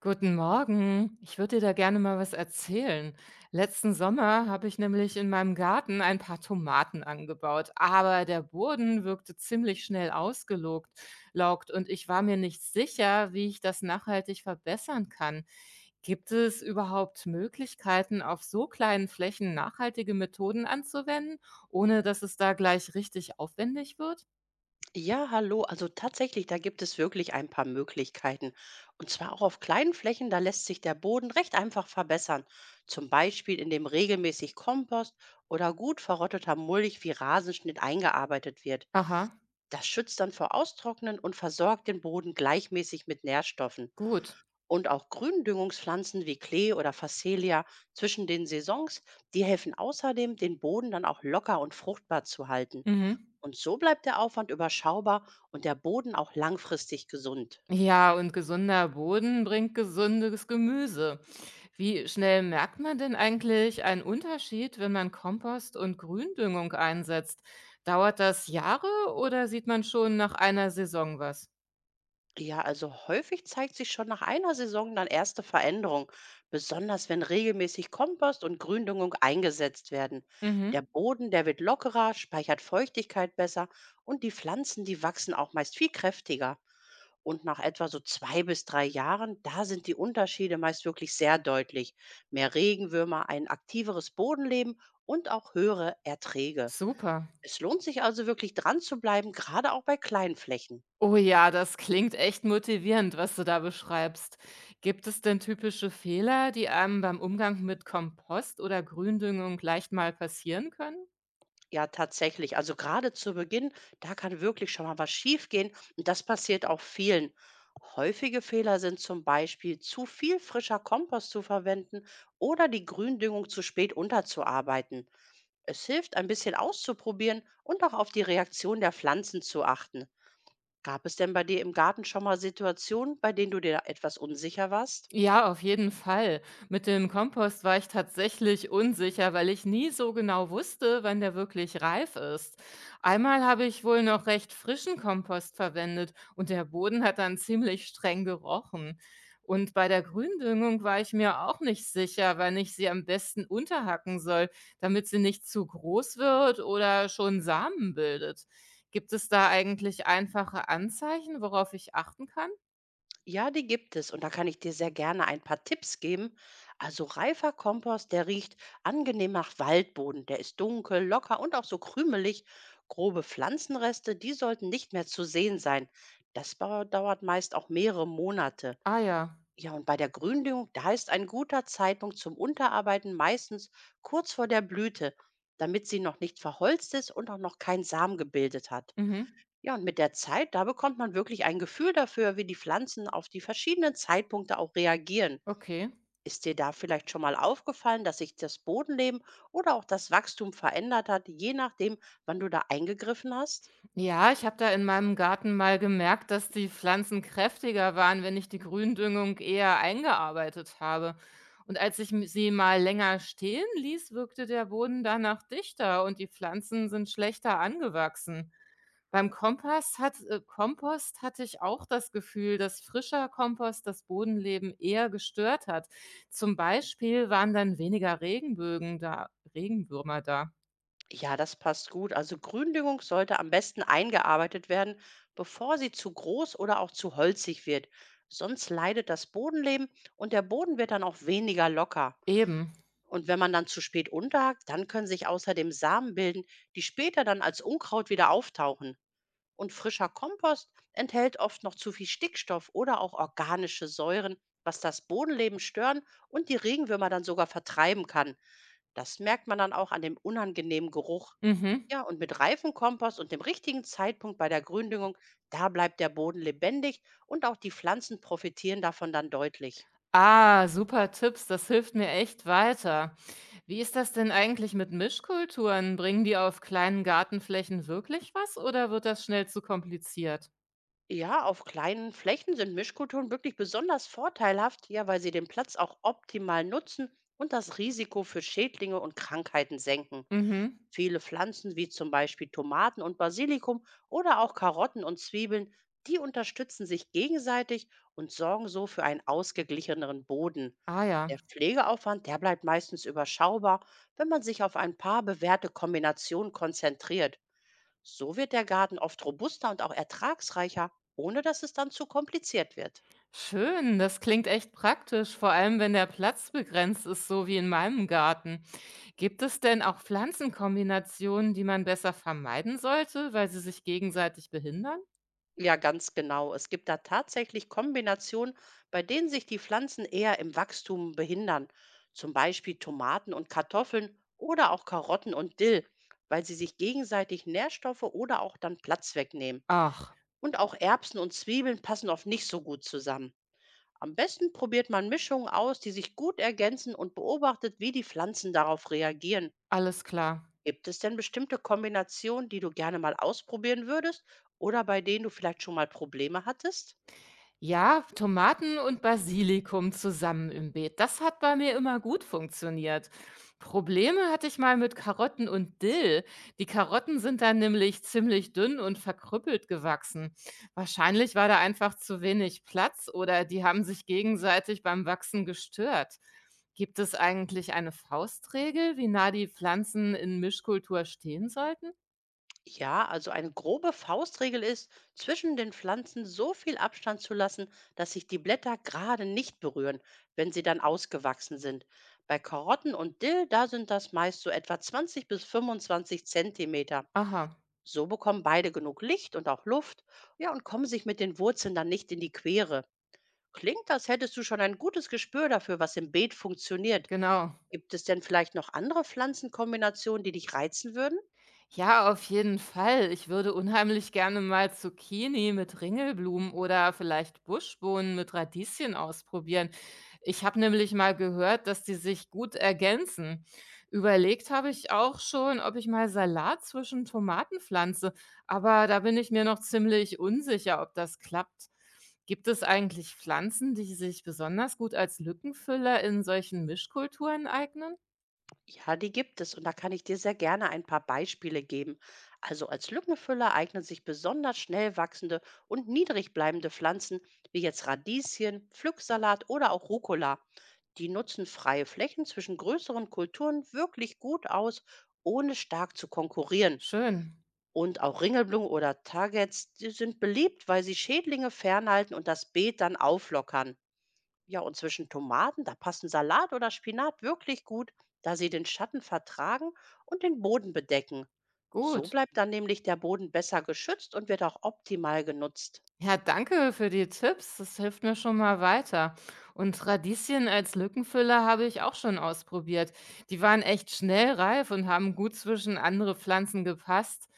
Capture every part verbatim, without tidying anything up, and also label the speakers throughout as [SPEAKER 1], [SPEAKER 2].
[SPEAKER 1] Guten Morgen. Ich würde dir da gerne mal was erzählen. Letzten Sommer habe ich nämlich in meinem Garten ein paar Tomaten angebaut, aber der Boden wirkte ziemlich schnell ausgelaugt laugt und ich war mir nicht sicher, wie ich das nachhaltig verbessern kann. Gibt es überhaupt Möglichkeiten, auf so kleinen Flächen nachhaltige Methoden anzuwenden, ohne dass es da gleich richtig aufwendig wird?
[SPEAKER 2] Ja, hallo. Also tatsächlich, da gibt es wirklich ein paar Möglichkeiten. Und zwar auch auf kleinen Flächen, da lässt sich der Boden recht einfach verbessern. Zum Beispiel, indem regelmäßig Kompost oder gut verrotteter Mulch wie Rasenschnitt eingearbeitet wird.
[SPEAKER 1] Aha,
[SPEAKER 2] Das schützt dann vor Austrocknen und versorgt den Boden gleichmäßig mit Nährstoffen.
[SPEAKER 1] gut.
[SPEAKER 2] Und auch Gründüngungspflanzen wie Klee oder Phacelia zwischen den Saisons, die helfen außerdem, den Boden dann auch locker und fruchtbar zu halten.
[SPEAKER 1] Mhm.
[SPEAKER 2] Und so bleibt der Aufwand überschaubar und der Boden auch langfristig gesund.
[SPEAKER 1] Ja, und gesunder Boden bringt gesundes Gemüse. Wie schnell merkt man denn eigentlich einen Unterschied, wenn man Kompost und Gründüngung einsetzt? Dauert das Jahre oder sieht man schon nach einer Saison was?
[SPEAKER 2] Ja, also häufig zeigt sich schon nach einer Saison dann erste Veränderung, besonders wenn regelmäßig Kompost und Gründüngung eingesetzt werden.
[SPEAKER 1] Mhm.
[SPEAKER 2] Der Boden, der wird lockerer, speichert Feuchtigkeit besser und die Pflanzen, die wachsen auch meist viel kräftiger. Und nach etwa so zwei bis drei Jahren, da sind die Unterschiede meist wirklich sehr deutlich. Mehr Regenwürmer, ein aktiveres Bodenleben und auch höhere Erträge.
[SPEAKER 1] Super.
[SPEAKER 2] Es lohnt sich also wirklich dran zu bleiben, gerade auch bei kleinen Flächen.
[SPEAKER 1] Oh ja, das klingt echt motivierend, was du da beschreibst. Gibt es denn typische Fehler, die einem beim Umgang mit Kompost oder Gründüngung leicht mal passieren können?
[SPEAKER 2] Ja, tatsächlich. Also gerade zu Beginn, da kann wirklich schon mal was schiefgehen und das passiert auch vielen. Häufige Fehler sind zum Beispiel zu viel frischer Kompost zu verwenden oder die Gründüngung zu spät unterzuarbeiten. Es hilft, ein bisschen auszuprobieren und auch auf die Reaktion der Pflanzen zu achten. Gab es denn bei dir im Garten schon mal Situationen, bei denen du dir etwas unsicher warst?
[SPEAKER 1] Ja, auf jeden Fall. Mit dem Kompost war ich tatsächlich unsicher, weil ich nie so genau wusste, wann der wirklich reif ist. Einmal habe ich wohl noch recht frischen Kompost verwendet und der Boden hat dann ziemlich streng gerochen. Und bei der Gründüngung war ich mir auch nicht sicher, wann ich sie am besten unterhacken soll, damit sie nicht zu groß wird oder schon Samen bildet. Gibt es da eigentlich einfache Anzeichen, worauf ich achten kann?
[SPEAKER 2] Ja, die gibt es und da kann ich dir sehr gerne ein paar Tipps geben. Also reifer Kompost, der riecht angenehm nach Waldboden, der ist dunkel, locker und auch so krümelig. Grobe Pflanzenreste, die sollten nicht mehr zu sehen sein. Das bau- dauert meist auch mehrere Monate.
[SPEAKER 1] Ah ja.
[SPEAKER 2] Ja, und bei der Gründüngung, da ist ein guter Zeitpunkt zum Unterarbeiten meistens kurz vor der Blüte, damit sie noch nicht verholzt ist und auch noch kein Samen gebildet hat.
[SPEAKER 1] Mhm.
[SPEAKER 2] Ja, und mit der Zeit, da bekommt man wirklich ein Gefühl dafür, wie die Pflanzen auf die verschiedenen Zeitpunkte auch reagieren.
[SPEAKER 1] Okay.
[SPEAKER 2] Ist dir da vielleicht schon mal aufgefallen, dass sich das Bodenleben oder auch das Wachstum verändert hat, je nachdem, wann du da eingegriffen hast?
[SPEAKER 1] Ja, ich habe da in meinem Garten mal gemerkt, dass die Pflanzen kräftiger waren, wenn ich die Gründüngung eher eingearbeitet habe. Und als ich m- sie mal länger stehen ließ, wirkte der Boden danach dichter und die Pflanzen sind schlechter angewachsen. Beim Kompost, hat, äh, Kompost hatte ich auch das Gefühl, dass frischer Kompost das Bodenleben eher gestört hat. Zum Beispiel waren dann weniger Regenbögen da, Regenwürmer da.
[SPEAKER 2] Ja, das passt gut. Also Gründüngung sollte am besten eingearbeitet werden, bevor sie zu groß oder auch zu holzig wird. Sonst leidet das Bodenleben und der Boden wird dann auch weniger locker.
[SPEAKER 1] Eben.
[SPEAKER 2] Und wenn man dann zu spät unterhakt, dann können sich außerdem Samen bilden, die später dann als Unkraut wieder auftauchen. Und frischer Kompost enthält oft noch zu viel Stickstoff oder auch organische Säuren, was das Bodenleben stören und die Regenwürmer dann sogar vertreiben kann. Das merkt man dann auch an dem unangenehmen Geruch.
[SPEAKER 1] Mhm.
[SPEAKER 2] Ja, und mit reifem Kompost und dem richtigen Zeitpunkt bei der Gründüngung, da bleibt der Boden lebendig und auch die Pflanzen profitieren davon dann deutlich.
[SPEAKER 1] Ah, super Tipps, das hilft mir echt weiter. Wie ist das denn eigentlich mit Mischkulturen? Bringen die auf kleinen Gartenflächen wirklich was oder wird das schnell zu kompliziert?
[SPEAKER 2] Ja, auf kleinen Flächen sind Mischkulturen wirklich besonders vorteilhaft, ja, weil sie den Platz auch optimal nutzen und das Risiko für Schädlinge und Krankheiten senken.
[SPEAKER 1] Mhm.
[SPEAKER 2] Viele Pflanzen wie zum Beispiel Tomaten und Basilikum oder auch Karotten und Zwiebeln, die unterstützen sich gegenseitig und sorgen so für einen ausgeglicheneren Boden.
[SPEAKER 1] Ah ja,
[SPEAKER 2] Der Pflegeaufwand, der bleibt meistens überschaubar, wenn man sich auf ein paar bewährte Kombinationen konzentriert. So wird der Garten oft robuster und auch ertragsreicher, ohne dass es dann zu kompliziert wird.
[SPEAKER 1] schön, das klingt echt praktisch, vor allem wenn der Platz begrenzt ist, so wie in meinem Garten. Gibt es denn auch Pflanzenkombinationen, die man besser vermeiden sollte, weil sie sich gegenseitig behindern?
[SPEAKER 2] Ja, ganz genau. Es gibt da tatsächlich Kombinationen, bei denen sich die Pflanzen eher im Wachstum behindern. Zum Beispiel Tomaten und Kartoffeln oder auch Karotten und Dill, weil sie sich gegenseitig Nährstoffe oder auch dann Platz wegnehmen.
[SPEAKER 1] Ach,
[SPEAKER 2] Und auch Erbsen und Zwiebeln passen oft nicht so gut zusammen. Am besten probiert man Mischungen aus, die sich gut ergänzen und beobachtet, wie die Pflanzen darauf reagieren.
[SPEAKER 1] alles klar.
[SPEAKER 2] Gibt es denn bestimmte Kombinationen, die du gerne mal ausprobieren würdest oder bei denen du vielleicht schon mal Probleme hattest?
[SPEAKER 1] Ja, Tomaten und Basilikum zusammen im Beet. Das hat bei mir immer gut funktioniert. Probleme hatte ich mal mit Karotten und Dill. Die Karotten sind dann nämlich ziemlich dünn und verkrüppelt gewachsen. Wahrscheinlich war da einfach zu wenig Platz oder die haben sich gegenseitig beim Wachsen gestört. Gibt es eigentlich eine Faustregel, wie nah die Pflanzen in Mischkultur stehen sollten?
[SPEAKER 2] Ja, also eine grobe Faustregel ist, zwischen den Pflanzen so viel Abstand zu lassen, dass sich die Blätter gerade nicht berühren, wenn sie dann ausgewachsen sind. Bei Karotten und Dill, da sind das meist so etwa zwanzig bis fünfundzwanzig Zentimeter.
[SPEAKER 1] Aha,
[SPEAKER 2] So bekommen beide genug Licht und auch Luft, ja, und kommen sich mit den Wurzeln dann nicht in die Quere. Klingt, als hättest du schon ein gutes Gespür dafür, was im Beet funktioniert.
[SPEAKER 1] genau.
[SPEAKER 2] Gibt es denn vielleicht noch andere Pflanzenkombinationen, die dich reizen würden?
[SPEAKER 1] Ja, auf jeden Fall. Ich würde unheimlich gerne mal Zucchini mit Ringelblumen oder vielleicht Buschbohnen mit Radieschen ausprobieren. Ich habe nämlich mal gehört, dass die sich gut ergänzen. Überlegt habe ich auch schon, ob ich mal Salat zwischen Tomaten pflanze, aber da bin ich mir noch ziemlich unsicher, ob das klappt. Gibt es eigentlich Pflanzen, die sich besonders gut als Lückenfüller in solchen Mischkulturen eignen?
[SPEAKER 2] Ja, die gibt es und da kann ich dir sehr gerne ein paar Beispiele geben. Also als Lückenfüller eignen sich besonders schnell wachsende und niedrig bleibende Pflanzen wie jetzt Radieschen, Pflücksalat oder auch Rucola. Die nutzen freie Flächen zwischen größeren Kulturen wirklich gut aus, ohne stark zu konkurrieren.
[SPEAKER 1] Schön.
[SPEAKER 2] Und auch Ringelblumen oder Targets, die sind beliebt, weil sie Schädlinge fernhalten und das Beet dann auflockern. Ja, und zwischen Tomaten, da passen Salat oder Spinat wirklich gut, da sie den Schatten vertragen und den Boden bedecken. So
[SPEAKER 1] Gut.
[SPEAKER 2] bleibt dann nämlich der Boden besser geschützt und wird auch optimal genutzt.
[SPEAKER 1] Ja, danke für die Tipps. Das hilft mir schon mal weiter. Und Radieschen als Lückenfüller habe ich auch schon ausprobiert. Die waren echt schnell reif und haben gut zwischen andere Pflanzen gepasst.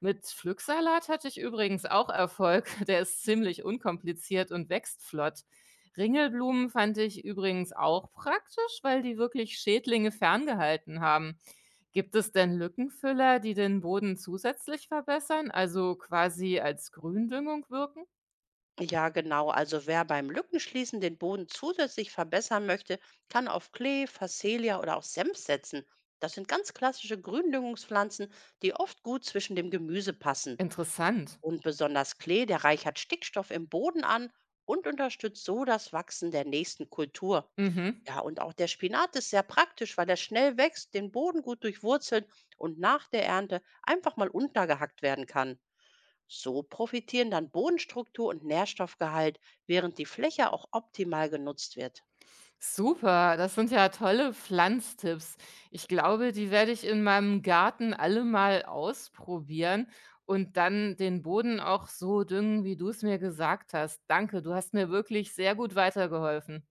[SPEAKER 1] Mit Pflücksalat hatte ich übrigens auch Erfolg. Der ist ziemlich unkompliziert und wächst flott. Ringelblumen fand ich übrigens auch praktisch, weil die wirklich Schädlinge ferngehalten haben. Gibt es denn Lückenfüller, die den Boden zusätzlich verbessern, also quasi als Gründüngung wirken?
[SPEAKER 2] Ja, genau. Also wer beim Lückenschließen den Boden zusätzlich verbessern möchte, kann auf Klee, Phacelia oder auch Senf setzen. Das sind ganz klassische Gründüngungspflanzen, die oft gut zwischen dem Gemüse passen.
[SPEAKER 1] Interessant.
[SPEAKER 2] Und besonders Klee, der reichert Stickstoff im Boden an und unterstützt so das Wachsen der nächsten Kultur.
[SPEAKER 1] Mhm.
[SPEAKER 2] Ja, und auch der Spinat ist sehr praktisch, weil er schnell wächst, den Boden gut durchwurzelt und nach der Ernte einfach mal untergehackt werden kann. So profitieren dann Bodenstruktur und Nährstoffgehalt, während die Fläche auch optimal genutzt wird.
[SPEAKER 1] Super, das sind ja tolle Pflanztipps. Ich glaube, die werde ich in meinem Garten alle mal ausprobieren und dann den Boden auch so düngen, wie du es mir gesagt hast. Danke, du hast mir wirklich sehr gut weitergeholfen.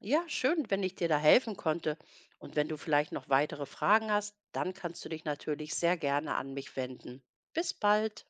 [SPEAKER 2] Ja, schön, wenn ich dir da helfen konnte. Und wenn du vielleicht noch weitere Fragen hast, dann kannst du dich natürlich sehr gerne an mich wenden. Bis bald.